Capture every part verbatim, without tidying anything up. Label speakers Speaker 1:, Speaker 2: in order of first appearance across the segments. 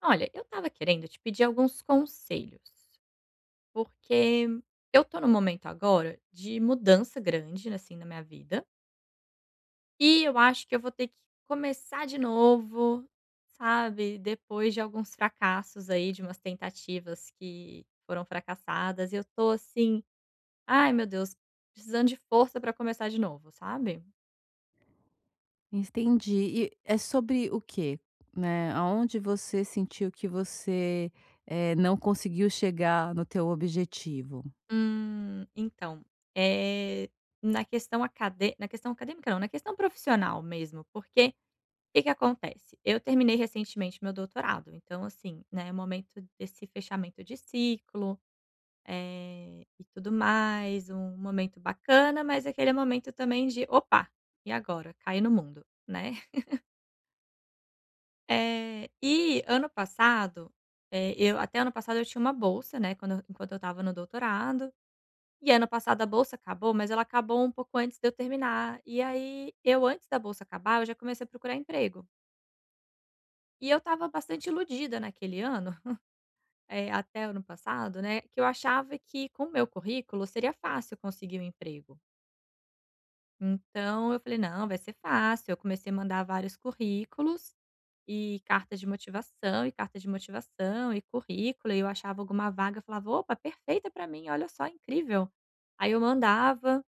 Speaker 1: Olha, eu estava querendo te pedir alguns conselhos, porque eu tô num momento agora de mudança grande, assim, na minha vida, e eu acho que eu vou ter que começar de novo, sabe, depois de alguns fracassos aí, de umas tentativas que foram fracassadas, e eu tô assim, ai meu Deus, precisando de força para começar de novo, sabe?
Speaker 2: Entendi. E é sobre o quê? Né, aonde você sentiu que você, eh, não conseguiu chegar no teu objetivo?
Speaker 1: Hum, então, é, na questão acadê na questão acadêmica não, na questão profissional mesmo, porque Que que acontece? Eu terminei recentemente meu doutorado, então assim, né, é momento desse fechamento de ciclo, eh, e tudo mais, um momento bacana, mas aquele momento também de: "Opa, e agora? Cai no mundo", né. Eh, e ano passado, eh, eu até ano passado eu tinha uma bolsa, né, quando eu enquanto eu estava no doutorado, e ano passado a bolsa acabou, mas ela acabou um pouco antes de eu terminar, e aí eu antes da bolsa acabar, eu já comecei a procurar emprego. E eu estava bastante iludida naquele ano, eh, até ano passado, né, que eu achava que com o meu currículo seria fácil conseguir um emprego. Então eu falei: "Não, vai ser fácil". Eu comecei a mandar vários currículos e cartas de motivação, e carta de motivação, e currículo, e eu achava alguma vaga, eu falava: "Opa, perfeita para mim, olha só, incrível". Aí eu mandava,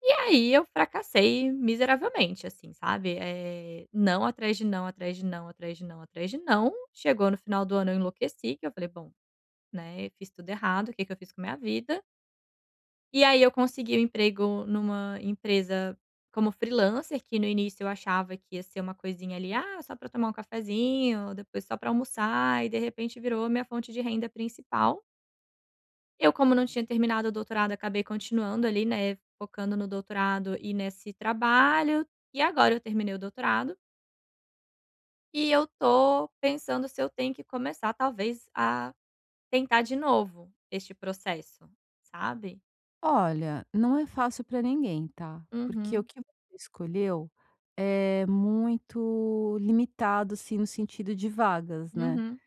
Speaker 1: e aí eu fracassei miseravelmente, assim, sabe, eh, não, atrás de não, atrás de não, atrás de não, atrás de não. Chegou no final do ano eu enlouqueci, que eu falei: "Bom, né, eu fiz tudo errado, o que que eu fiz com a minha vida". E aí eu consegui um emprego numa empresa como freelancer, que no início eu achava que ia ser uma coisinha ali, ah, só para tomar um cafezinho, depois só para almoçar, e de repente virou minha fonte de renda principal. Eu, como não tinha terminado o doutorado, acabei continuando ali, né, focando no doutorado e nesse trabalho. E agora eu terminei o doutorado e eu tô pensando se eu tenho que começar, talvez, a tentar de novo este processo, sabe?
Speaker 2: Olha, não é fácil para ninguém, tá, porque o
Speaker 1: Uhum,
Speaker 2: que você escolheu é muito limitado, assim, no sentido de vagas, né.
Speaker 1: uhum,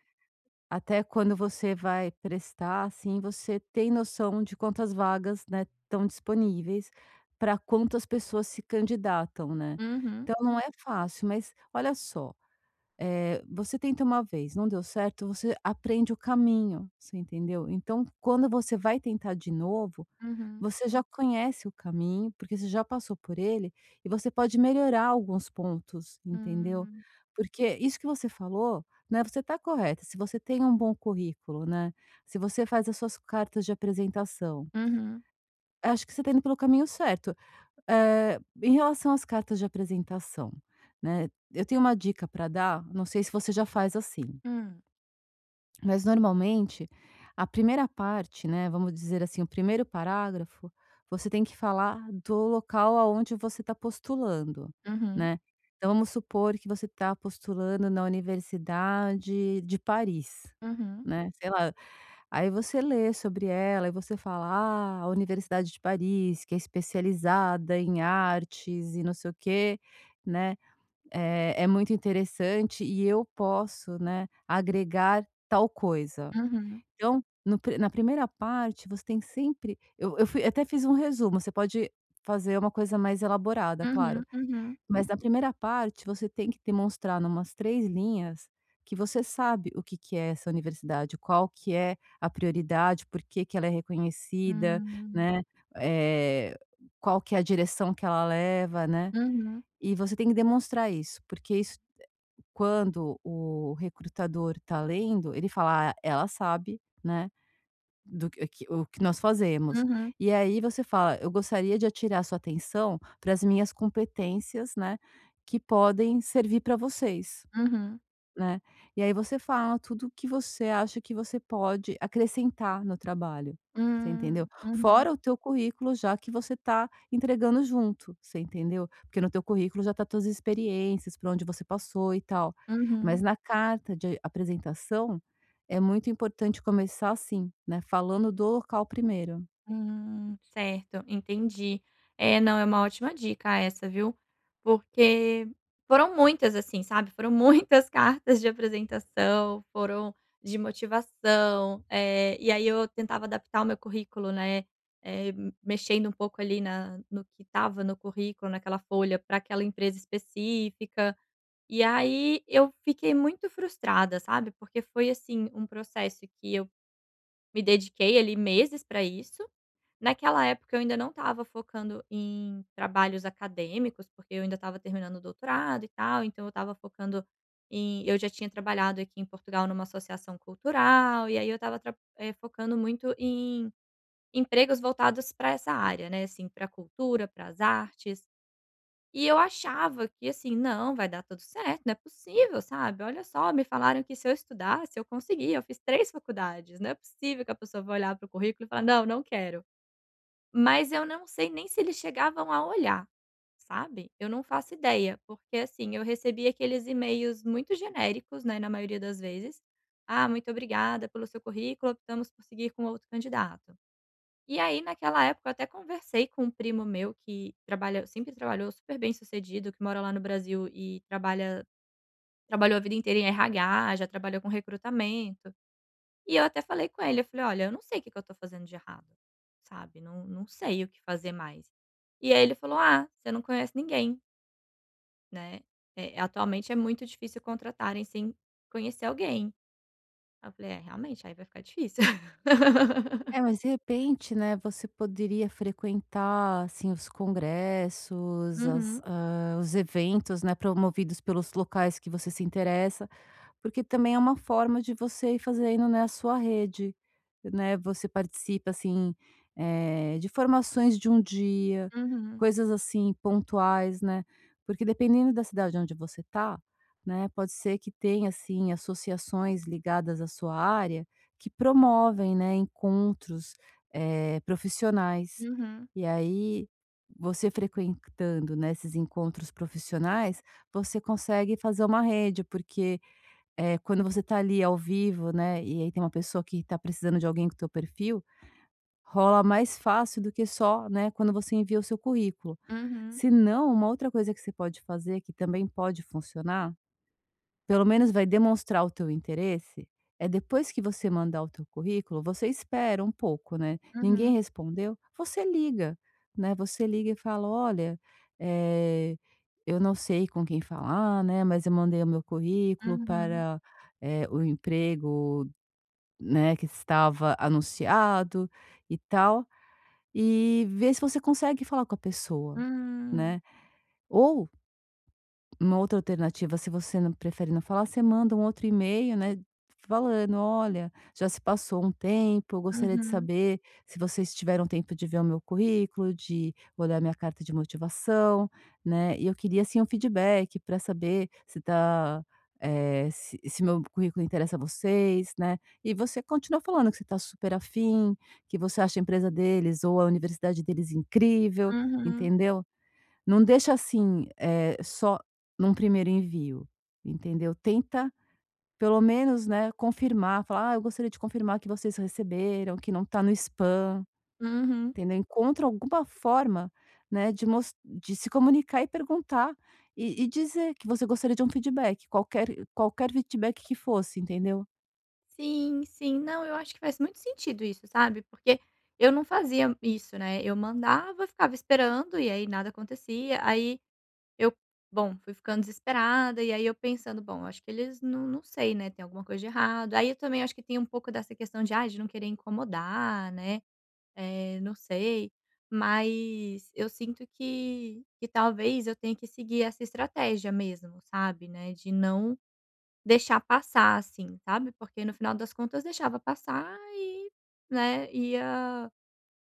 Speaker 2: Até quando você vai prestar, assim, você tem noção de quantas vagas, né, estão disponíveis, para quantas pessoas se candidatam, né.
Speaker 1: uhum,
Speaker 2: Então não é fácil, mas olha só, eh, você tenta uma vez, não deu certo, você aprende o caminho, você entendeu? Então quando você vai tentar de novo,
Speaker 1: uhum,
Speaker 2: você já conhece o caminho, porque você já passou por ele e você pode melhorar alguns pontos, entendeu?
Speaker 1: hum,
Speaker 2: Porque isso que você falou, né, você está correta. Se você tem um bom currículo, né, se você faz as suas cartas de apresentação,
Speaker 1: uhum,
Speaker 2: acho que você está indo pelo caminho certo. Eh, em relação às cartas de apresentação, né, eu tenho uma dica para dar, não sei se você já faz assim.
Speaker 1: hum,
Speaker 2: Mas normalmente, a primeira parte, né, vamos dizer assim, o primeiro parágrafo, você tem que falar do local aonde você está postulando,
Speaker 1: uhum,
Speaker 2: né. Então vamos supor que você está postulando na Universidade de Paris,
Speaker 1: uhum,
Speaker 2: né, sei lá. Aí você lê sobre ela e você fala: "Ah, a Universidade de Paris, que é especializada em artes e não sei o quê", né. É, é muito interessante e eu posso, né, agregar tal coisa.
Speaker 1: uhum,
Speaker 2: Então, no pri na primeira parte você tem sempre eu eu fui até fiz um resumo, você pode fazer uma coisa mais elaborada, claro.
Speaker 1: uhum, uhum,
Speaker 2: Mas na primeira parte você tem que demonstrar numas três linhas que você sabe o que que é essa universidade, qual que é a prioridade, por que que ela é reconhecida,
Speaker 1: hum,
Speaker 2: né, eh, qual que é a direção que ela leva, né.
Speaker 1: uhum,
Speaker 2: E você tem que demonstrar isso, porque isso quando o recrutador está lendo, ele fala: "Ah, ela sabe, né, do que que o que nós fazemos".
Speaker 1: uhum,
Speaker 2: E aí você fala: "Eu gostaria de atirar sua atenção para as minhas competências, né, que podem servir para vocês".
Speaker 1: uhum,
Speaker 2: Né. E aí você fala tudo que você acha que você pode acrescentar no trabalho, você
Speaker 1: hum,
Speaker 2: entendeu?
Speaker 1: uhum,
Speaker 2: Fora
Speaker 1: uhum.
Speaker 2: o teu currículo já que você está entregando junto, você entendeu? Porque no teu currículo já tá tuas experiências, por onde você passou e tal. Mas
Speaker 1: Uhum.
Speaker 2: na carta de apresentação, é muito importante começar assim, né, falando do local primeiro.
Speaker 1: Hum, certo, entendi. É, não, é uma ótima dica essa, viu? Porque foram muitas, assim, sabe? Foram muitas cartas de apresentação, foram de motivação, eh, e aí eu tentava adaptar o meu currículo, né? Eh, m- mexendo um pouco ali na, no que estava no currículo, naquela folha, para aquela empresa específica. E aí eu fiquei muito frustrada, sabe? Porque foi assim um processo que eu me dediquei ali meses para isso. Naquela época eu ainda não estava focando em trabalhos acadêmicos, porque eu ainda estava terminando o doutorado e tal, então eu estava focando em, eu já tinha trabalhado aqui em Portugal numa associação cultural, e aí eu estava eh, focando muito em empregos voltados para essa área, né, assim, pra cultura, para as artes. E eu achava que assim: "Não, vai dar tudo certo, não é possível, sabe, olha só, me falaram que se eu estudasse eu conseguia, eu fiz três faculdades, não é possível que a pessoa vai olhar para o currículo e falar: 'Não, não quero'". Mas eu não sei nem se eles chegavam a olhar, sabe, eu não faço ideia, porque, assim, eu recebi aqueles e-mails muito genéricos, né, na maioria das vezes: "Ah, muito obrigada pelo seu currículo, optamos por seguir com outro candidato". E aí, naquela época, eu até conversei com um primo meu que trabalha sempre trabalhou super bem-sucedido, que mora lá no Brasil e trabalha trabalhou a vida inteira em R H, já trabalhou com recrutamento. E eu até falei com ele, eu falei: "Olha, eu não sei o que que eu tô fazendo de errado, sabe, não não sei o que fazer mais". E aí ele falou: "Ah, você não conhece ninguém, né, eh, atualmente é muito difícil contratarem sem conhecer alguém". Aí eu falei: "É, realmente, aí vai ficar difícil".
Speaker 2: É, mas de repente, né, você poderia frequentar, assim, os congressos, as,
Speaker 1: Uhum,
Speaker 2: ah, os eventos, né, promovidos pelos locais que você se interessa. Porque também é uma forma de você ir fazendo, né, a sua rede, né, você participa, assim, eh, de formações de um dia,
Speaker 1: uhum,
Speaker 2: coisas, assim, pontuais, né, porque dependendo da cidade onde você tá, né, pode ser que tenha, assim, associações ligadas à sua área que promovem, né, encontros, eh, profissionais.
Speaker 1: uhum,
Speaker 2: E aí, você frequentando, né, esses encontros profissionais, você consegue fazer uma rede, porque eh, quando você tá ali ao vivo, né, e aí tem uma pessoa que tá precisando de alguém com o teu perfil, rola mais fácil do que só, né, quando você envia o seu currículo.
Speaker 1: uhum,
Speaker 2: Se não, uma outra coisa que você pode fazer, que também pode funcionar pelo menos vai demonstrar o teu interesse, é depois que você mandar o teu currículo, você espera um pouco, né. Ninguém
Speaker 1: uhum,
Speaker 2: respondeu, você liga, né, você liga e fala: "Olha, eh, eu não sei com quem falar, né, mas eu mandei o meu currículo
Speaker 1: uhum,
Speaker 2: para, eh, o emprego, né, que estava anunciado e tal", e ver se você consegue falar com a pessoa,
Speaker 1: hum,
Speaker 2: né. Ou uma outra alternativa, se você não prefere não falar, você manda um outro e-mail, né, falando: "Olha, já se passou um tempo, eu gostaria de
Speaker 1: uhum,
Speaker 2: saber se vocês tiveram tempo de ver o meu currículo, de olhar minha carta de motivação, né, e eu queria, assim, um feedback para saber se tá, eh, se se meu currículo interessa a vocês, né". E você continua falando que você está super afim, que você acha a empresa deles ou a universidade deles incrível,
Speaker 1: uhum,
Speaker 2: entendeu? Não deixa assim, eh, só num primeiro envio, entendeu? Tenta pelo menos, né, confirmar, falar: "Ah, eu gostaria de confirmar que vocês receberam, que não está no spam",
Speaker 1: uhum.
Speaker 2: entendeu? Encontra alguma forma, né, de mos de se comunicar e perguntar e e dizer que você gostaria de um feedback, qualquer qualquer feedback que fosse, entendeu?
Speaker 1: Sim, sim. Não, eu acho que faz muito sentido isso, sabe, porque eu não fazia isso, né, eu mandava, ficava esperando e aí nada acontecia, aí eu, bom, fui ficando desesperada e aí eu pensando: "Bom, acho que eles não não sei, né, tem alguma coisa de errado". Aí eu também acho que tem um pouco dessa questão de, ai, de não querer incomodar, né, eh, não sei, mas eu sinto que que talvez eu tenha que seguir essa estratégia mesmo, sabe, né, de não deixar passar, assim, sabe, porque no final das contas deixava passar e, né, ia,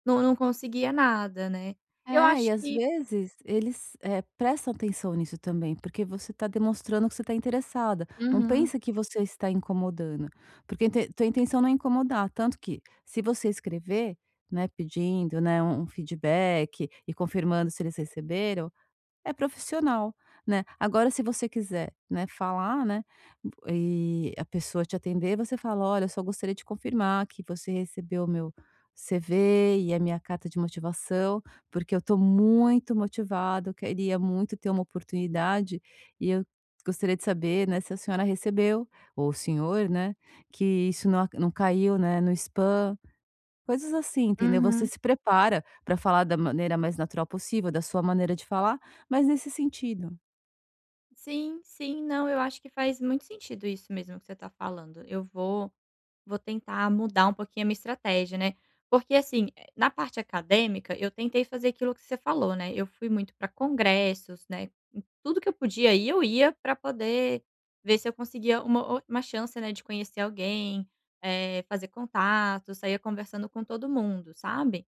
Speaker 1: não não conseguia nada, né. Eu
Speaker 2: É,
Speaker 1: acho
Speaker 2: e às
Speaker 1: que
Speaker 2: vezes eles, eh, prestam atenção nisso também, porque você está demonstrando que você está interessada. Não
Speaker 1: uhum,
Speaker 2: pensa que você está incomodando, porque inte tua intenção não é incomodar, tanto que se você escrever, né, pedindo, né, um um feedback e confirmando se eles receberam, é profissional, né. Agora se você quiser, né, falar, né, e a pessoa te atender, você fala: "Olha, eu só gostaria de confirmar que você recebeu o meu C V e a minha carta de motivação, porque eu estou muito motivado, eu queria muito ter uma oportunidade e eu gostaria de saber, né, se a senhora recebeu, ou o senhor, né, que isso não a não caiu, né, no spam". Coisas assim, entendeu? Você
Speaker 1: uhum.
Speaker 2: se prepara para falar da maneira mais natural possível, da sua maneira de falar, mas nesse sentido.
Speaker 1: Sim, sim, não, eu acho que faz muito sentido isso mesmo que você está falando. Eu vou Vou tentar mudar um pouquinho a minha estratégia, né. Porque assim, eh, na parte acadêmica, eu tentei fazer aquilo que você falou, né, eu fui muito para congressos, né, em tudo que eu podia ir, eu ia para poder ver se eu conseguia uma o uma chance, né, de conhecer alguém, eh, fazer contato, saía conversando com todo mundo, sabe.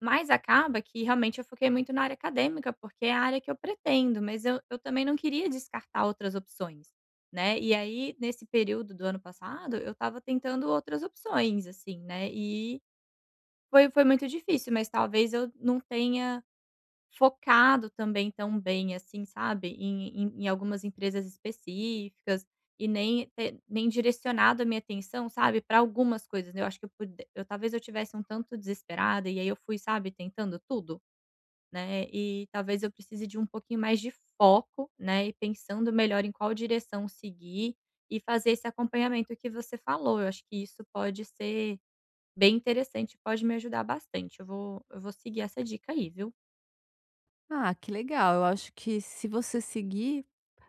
Speaker 1: Mas acaba que realmente eu foquei muito na área acadêmica, porque é a área que eu pretendo, mas eu eu também não queria descartar outras opções, né. E aí, nesse período do ano passado, eu estava tentando outras opções, assim, né, e foi foi muito difícil, mas talvez eu não tenha focado também tão bem assim, sabe, em em em algumas empresas específicas e nem te nem direcionado a minha atenção, sabe, para algumas coisas, né. Eu acho que eu pude eu talvez eu tivesse um tanto desesperada e aí eu fui, sabe, tentando tudo, né, e talvez eu precise de um pouquinho mais de foco, né, e pensando melhor em qual direção seguir e fazer esse acompanhamento que você falou. Eu acho que isso pode ser bem interessante, pode me ajudar bastante. Eu vou eu vou seguir essa dica aí, viu.
Speaker 2: Ah, que legal. Eu acho que se você seguir,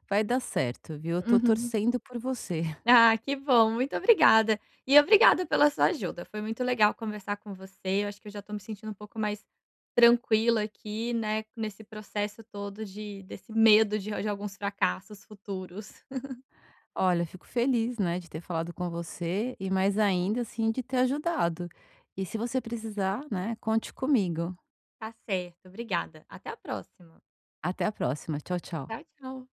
Speaker 2: vai dar certo, viu? Eu tô
Speaker 1: Uhum.
Speaker 2: torcendo por você.
Speaker 1: Ah, que bom, muito obrigada. E obrigada pela sua ajuda. Foi muito legal conversar com você. Eu acho que eu já estou me sentindo um pouco mais tranquila aqui, né, nesse processo todo de desse medo de de alguns fracassos futuros.
Speaker 2: Olha, eu fico feliz, né, de ter falado com você e mais ainda, assim, de ter ajudado. E se você precisar, né, conte comigo.
Speaker 1: Tá certo, obrigada. Até a próxima.
Speaker 2: Até a próxima. Tchau, tchau.
Speaker 1: Tchau, tchau.